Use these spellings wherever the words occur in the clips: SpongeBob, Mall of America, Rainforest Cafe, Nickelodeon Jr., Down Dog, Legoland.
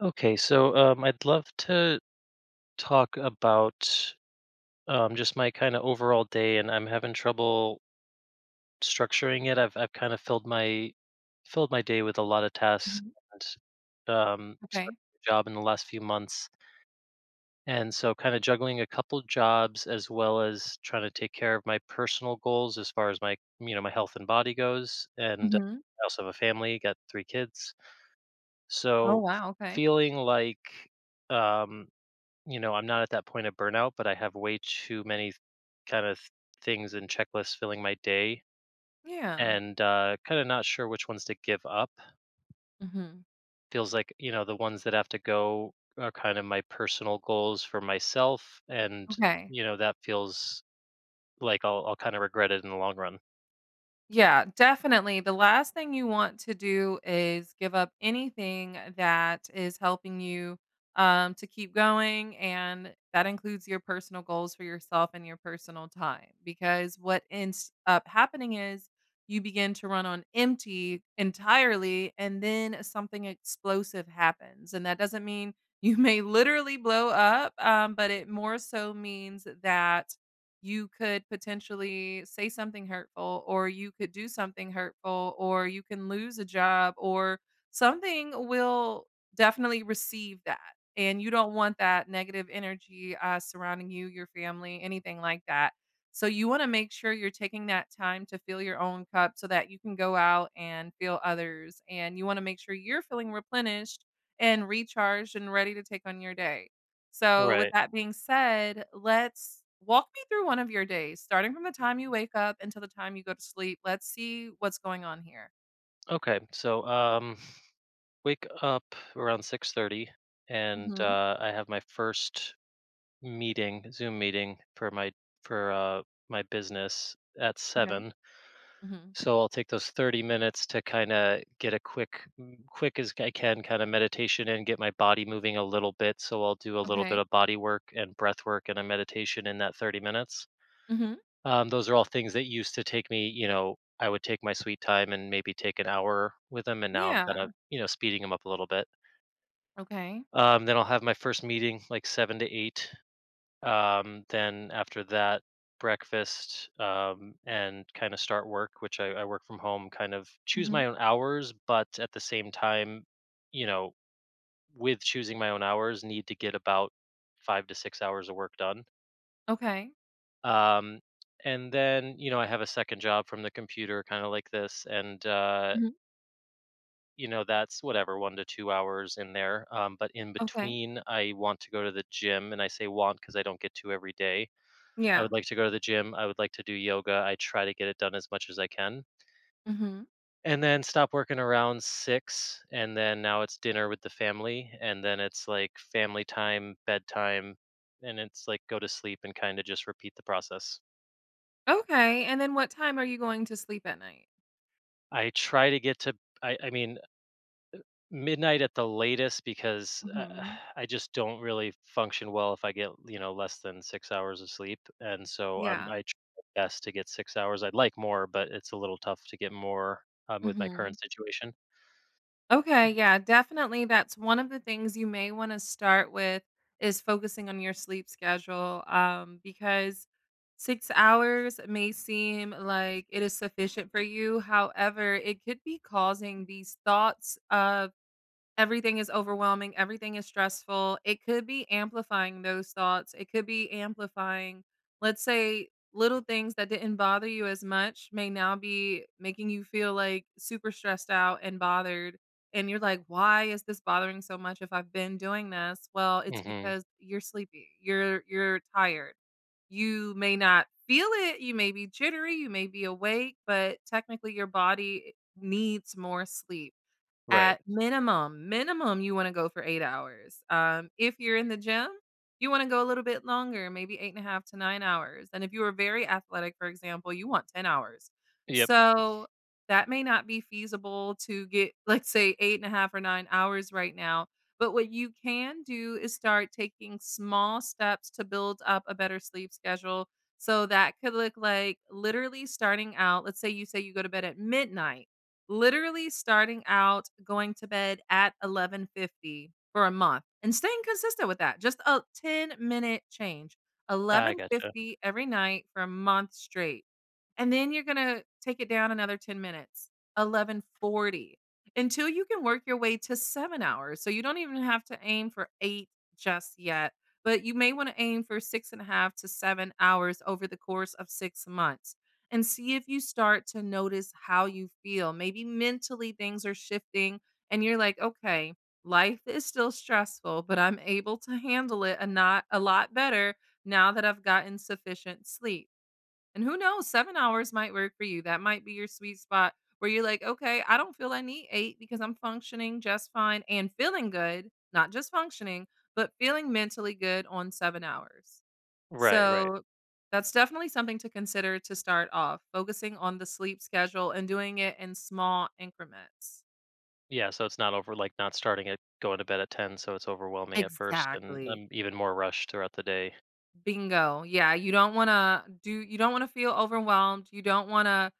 I'd love to talk about just my kind of overall day, and I'm having trouble structuring it. I've kind of filled my day with a lot of tasks Mhm. and Okay. started a job in the last few months, and so kind of juggling a couple jobs as well as trying to take care of my personal goals as far as my my health and body goes, and Mhm. I also have a family, got three kids, Oh, so wow, okay. feeling like. Um, you know, I'm not at that point of burnout, but I have way too many kind of things and checklists filling my day Yeah. and kind of not sure which ones to give up. Mhm. Feels like, you know, the ones that have to go are kind of my personal goals for myself. And, Okay. you know, that feels like I'll kind of regret it in the long run. Yeah, definitely. The last thing you want to do is give up anything that is helping you to keep going. And that includes your personal goals for yourself and your personal time. Because what ends up happening is you begin to run on empty entirely, and then something explosive happens. And that doesn't mean you may literally blow up, but it more so means that you could potentially say something hurtful or you could do something hurtful or you can lose a job or something will definitely receive that, and you don't want that negative energy surrounding you, your family, anything like that. So you want to make sure you're taking that time to fill your own cup so that you can go out and fill others, and you want to make sure you're feeling replenished and recharged and ready to take on your day. So, with Right. that being said, let's walk me through one of your days, starting from the time you wake up until the time you go to sleep. Let's see what's going on here. Okay. So, wake up around 6:30 and Mhm. I have my first meeting, Zoom meeting for for uh my business at Okay. 7. Mhm. So I'll take those 30 minutes to kind of get a quick as I can kind of meditation and get my body moving a little bit. So I'll do a little bit Okay. of body work and breath work and a meditation in that 30 minutes. Mhm. Those are all things that used to take me, you know, I would take my sweet time and maybe take an hour with them, and now I'm kind Yeah. of, you know, speeding them up a little bit. Okay. Then I'll have my first meeting like 7 to 8. Then after that, breakfast, and kind of start work, which I work from home, kind of choose Mhm. my own hours, but at the same time, you know, with choosing my own hours, need to get about 5 to 6 hours of work done. Okay. Um, and then, you know, I have a second job from the computer, kind of like this. And, Mhm. you know, that's whatever, 1 to 2 hours in there. But in Okay. between, I want to go to the gym. And I say want because I don't get to every day. I Yeah. would like to go to the gym, I would like to do yoga, I try to get it done as much as I can. Mhm. And then stop working around 6, and then now it's dinner with the family, and then it's, like, family time, bedtime, and it's, like, go to sleep and kinda just repeat the process. Okay. And then what time are you going to sleep at night? I try to get to I mean, midnight at the latest because Mhm. I just don't really function well if I get less than 6 hours of sleep, and so I'm Yeah. I try my best to get 6 hours. I'd like more, but it's a little tough to get more with my current Mhm. situation. Okay, yeah, definitely. That's one of the things you may want to start with is focusing on your sleep schedule, because 6 hours may seem like it is sufficient for you. However, it could be causing these thoughts of everything is overwhelming, everything is stressful. It could be amplifying those thoughts. It could be amplifying, let's say, little things that didn't bother you as much may now be making you feel like super stressed out and bothered. And you're like, why is this bothering so much if I've been doing this? Well, it's hmm because you're sleepy. You're tired. You may not feel it. You may be jittery. You may be awake, but technically your body needs more sleep. Right. At minimum, minimum, you wanna go for 8 hours. If you're in the gym, you wanna go a little bit longer, maybe 8 and a half to 9 hours, and if you are very athletic, for example, you want 10 hours. Yep. So, that may not be feasible to get, let's say, 8 and a half or 9 hours right now, but what you can do is start taking small steps to build up a better sleep schedule. So, that could look like, literally starting out, let's say you go to bed at midnight. Literally starting out going to bed at 11:50 for a month and staying consistent with that, just a 10-minute change. I gotcha. 11:50 every night for a month straight. And then you're gonna take it down another 10 minutes, 11:40, until you can work your way to 7 hours. So you don't even have to aim for 8 just yet, but you may wanna aim for 6 and a half to 7 hours over the course of 6 months and see if you start to notice how you feel. Maybe mentally things are shifting and you're like, "Okay, life is still stressful, but I'm able to handle it a not a lot better now that I've gotten sufficient sleep." And who knows, 7 hours might work for you. That might be your sweet spot where you're like, "Okay, I don't feel I need 8 because I'm functioning just fine and feeling good, not just functioning, but feeling mentally good on 7 hours." Right. Right. So, that's definitely something to consider to start off, focusing on the sleep schedule and doing it in small increments. Yeah. So it's not over like not starting at going to bed at ten, so it's overwhelming at first, and Exactly. I'm even more rushed throughout the day. Bingo. Yeah, you don't wanna feel overwhelmed, you don't wanna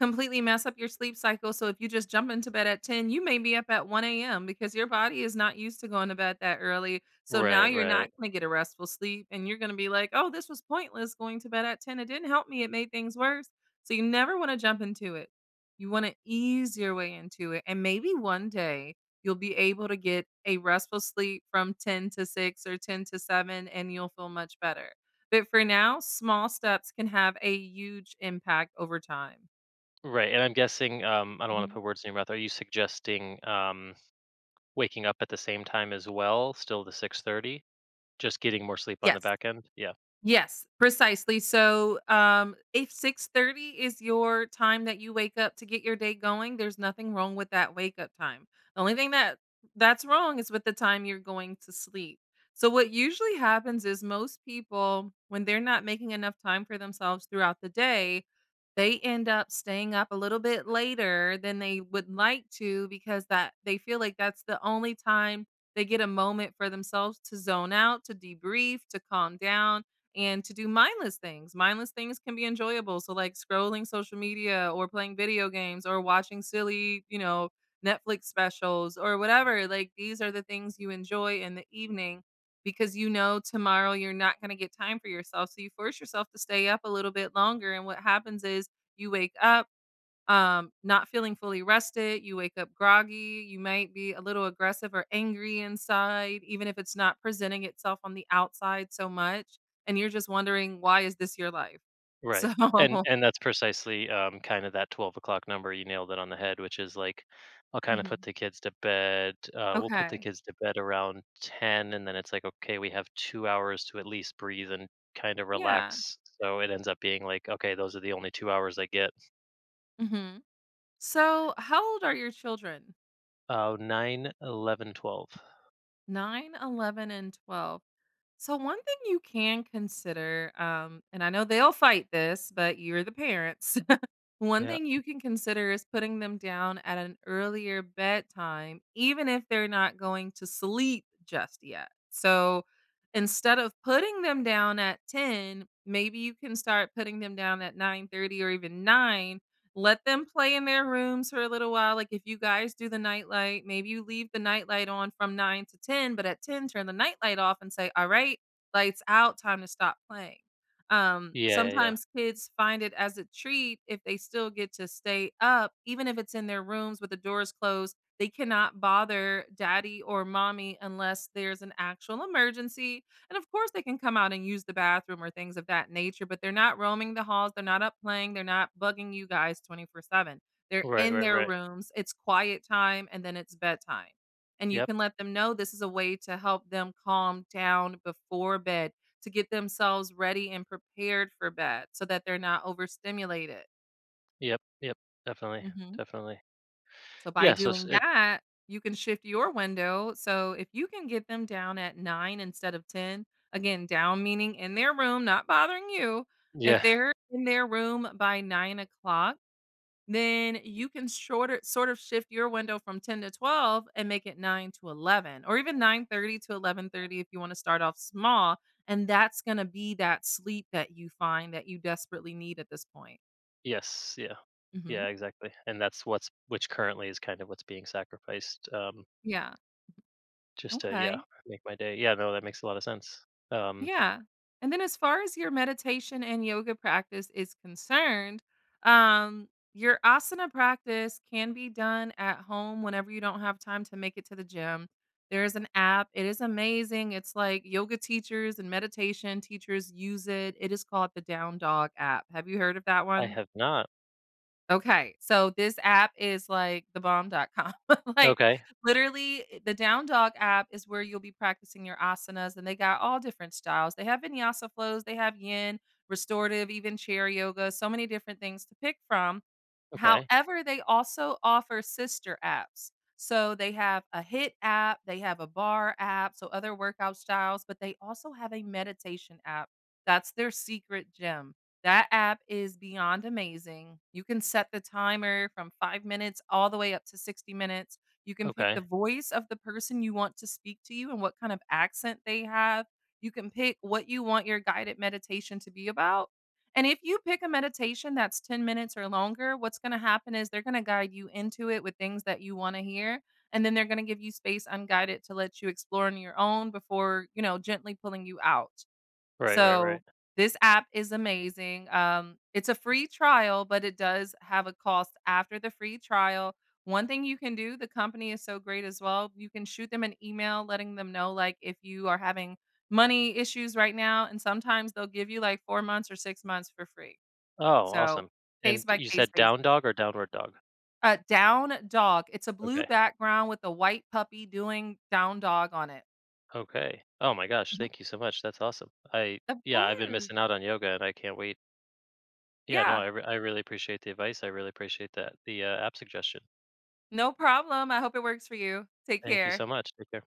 completely mess up your sleep cycle, so if you just jump into bed at 10, you may be up at 1 AM because your body is not used to going to bed that early, so now Right. you're not Right. gonna get a restful sleep, and you're gonna be like, "Oh, this was pointless going to bed at 10, it didn't help me, it made things worse." So you never wanna jump into it. You wanna ease your way into it, and maybe one day you'll be able to get a restful sleep from 10 to 6 or 10 to 7, and you'll feel much better. But for now, small steps can have a huge impact over time. Right. And I'm guessing, I don't want to Mhm. put words in your mouth. Are you suggesting waking up at the same time as well, still the 6:30, just getting more sleep on the Yes. back end. Yeah, Yes, precisely. So, if 6:30 is your time that you wake up to get your day going, there's nothing wrong with that wake up time. The only thing that's wrong is with the time you're going to sleep. So, what usually happens is most people, when they're not making enough time for themselves throughout the day, they end up staying up a little bit later than they would like to because that they feel like that's the only time they get a moment for themselves to zone out, to debrief, to calm down and to do mindless things. Mindless things can be enjoyable. So, like scrolling social media or playing video games or watching silly, you know, Netflix specials or whatever. Like, these are the things you enjoy in the evening because you know tomorrow you're not going to get time for yourself. So, you force yourself to stay up a little bit longer. And what happens is you wake up not feeling fully rested, you wake up groggy, you might be a little aggressive or angry inside, even if it's not presenting itself on the outside so much, and you're just wondering, "Why is this your life?" So right. And that's precisely, kinda that 12 o'clock number, you nailed it on the head, which is like, I'll kinda put Mhm. the kids to bed, uh, we'll put the Okay. kids to bed around 10, and then it's like, okay, we have 2 hours to at least breathe and kinda Yeah. relax, so it ends up being like, okay, those are the only 2 hours I get. Mhm. So, how old are your children? Oh, 9, 11, 12. 9, 11, and 12. So, one thing you can consider, and I know they'll fight this, but you're the parents. One Yeah. thing you can consider is putting them down at an earlier bedtime, even if they're not going to sleep just yet. So instead of putting them down at 10, maybe you can start putting them down at 9:30 or even 9. Let them play in their rooms for a little while. Like if you guys do the nightlight, maybe you leave the nightlight on from 9 to 10, but at 10 turn the nightlight off and say, "All right, lights out, time to stop playing." Yeah, yeah, yeah. Sometimes kids find it as a treat if they still get to stay up, even if it's in their rooms with the doors closed. They cannot bother daddy or mommy unless there's an actual emergency. And of course, they can come out and use the bathroom or things of that nature, but they're not roaming the halls. They're not up playing. They're not bugging you guys 24/7. They're Right, in right, their right. rooms. It's quiet time and then it's bedtime. And you Yep, can let them know this is a way to help them calm down before bed, to get themselves ready and prepared for bed so that they're not overstimulated. yep, yep, definitely, Mhm. definitely. So by Yeah, so s doing it that, you can shift your window. So if you can get them down at 9 instead of 10, again, down meaning in their room, not bothering you. If Yeah. they're in their room by 9 o'clock, then you can shorter sort of shift your window from 10 to 12 and make it 9 to 11 or even 9:30 to 11:30 if you want to start off small, and that's going to be that sleep that you find that you desperately need at this point. Yes, yeah. Mhm. Yeah, exactly, and that's what's which currently is kind of what's being sacrificed, Yeah. just to, yeah, Okay. make my day. Yeah, no, that makes a lot of sense. Um, Yeah. And then as far as your meditation and yoga practice is concerned, um, your asana practice can be done at home whenever you don't have time to make it to the gym. There is an app. It is amazing. It's like yoga teachers and meditation teachers use it. It is called the Down Dog app. Have you heard of that I one? have not. Okay, so this app is like the bomb.com. Like, Okay, literally, the Down Dog app is where you'll be practicing your asanas, and they got all different styles. They have vinyasa flows, they have yin, restorative, even chair yoga, so many different things to pick from. okay, However, they also offer sister apps. So they have a HIIT app, they have a bar app, so other workout styles, but they also have a meditation app. That's their secret gem. That app is beyond amazing. You can set the timer from 5 minutes all the way up to 60 minutes. You can pick the okay. voice of the person you want to speak to you and what kind of accent they have. You can pick what you want your guided meditation to be about, and if you pick a meditation that's 10 minutes or longer, what's going to happen is they're going to guide you into it with things that you want to hear. And then they're going to give you space unguided to let you explore on your own before, you know, gently pulling you out. Right, right, right. So, this app is amazing. It's a free trial, but it does have a cost after the free trial. One thing you can do, the company is so great as well. You can shoot them an email letting them know, like, if you are having money issues right now, and sometimes they'll give you like 4 months or 6 months for free. Oh, So, awesome. case And by you case said down basis. dog or downward dog? Down dog. It's a blue Okay, background with a white puppy doing down dog on it. okay. Oh my gosh, Mhm. thank you so much, that's awesome. Of I've been course. missing out on yoga, and I can't wait. Yeah, no, Yeah. I really appreciate the advice, I really appreciate that the, app suggestion. No problem. I hope it works for you. Take Thank you care. so much, take care.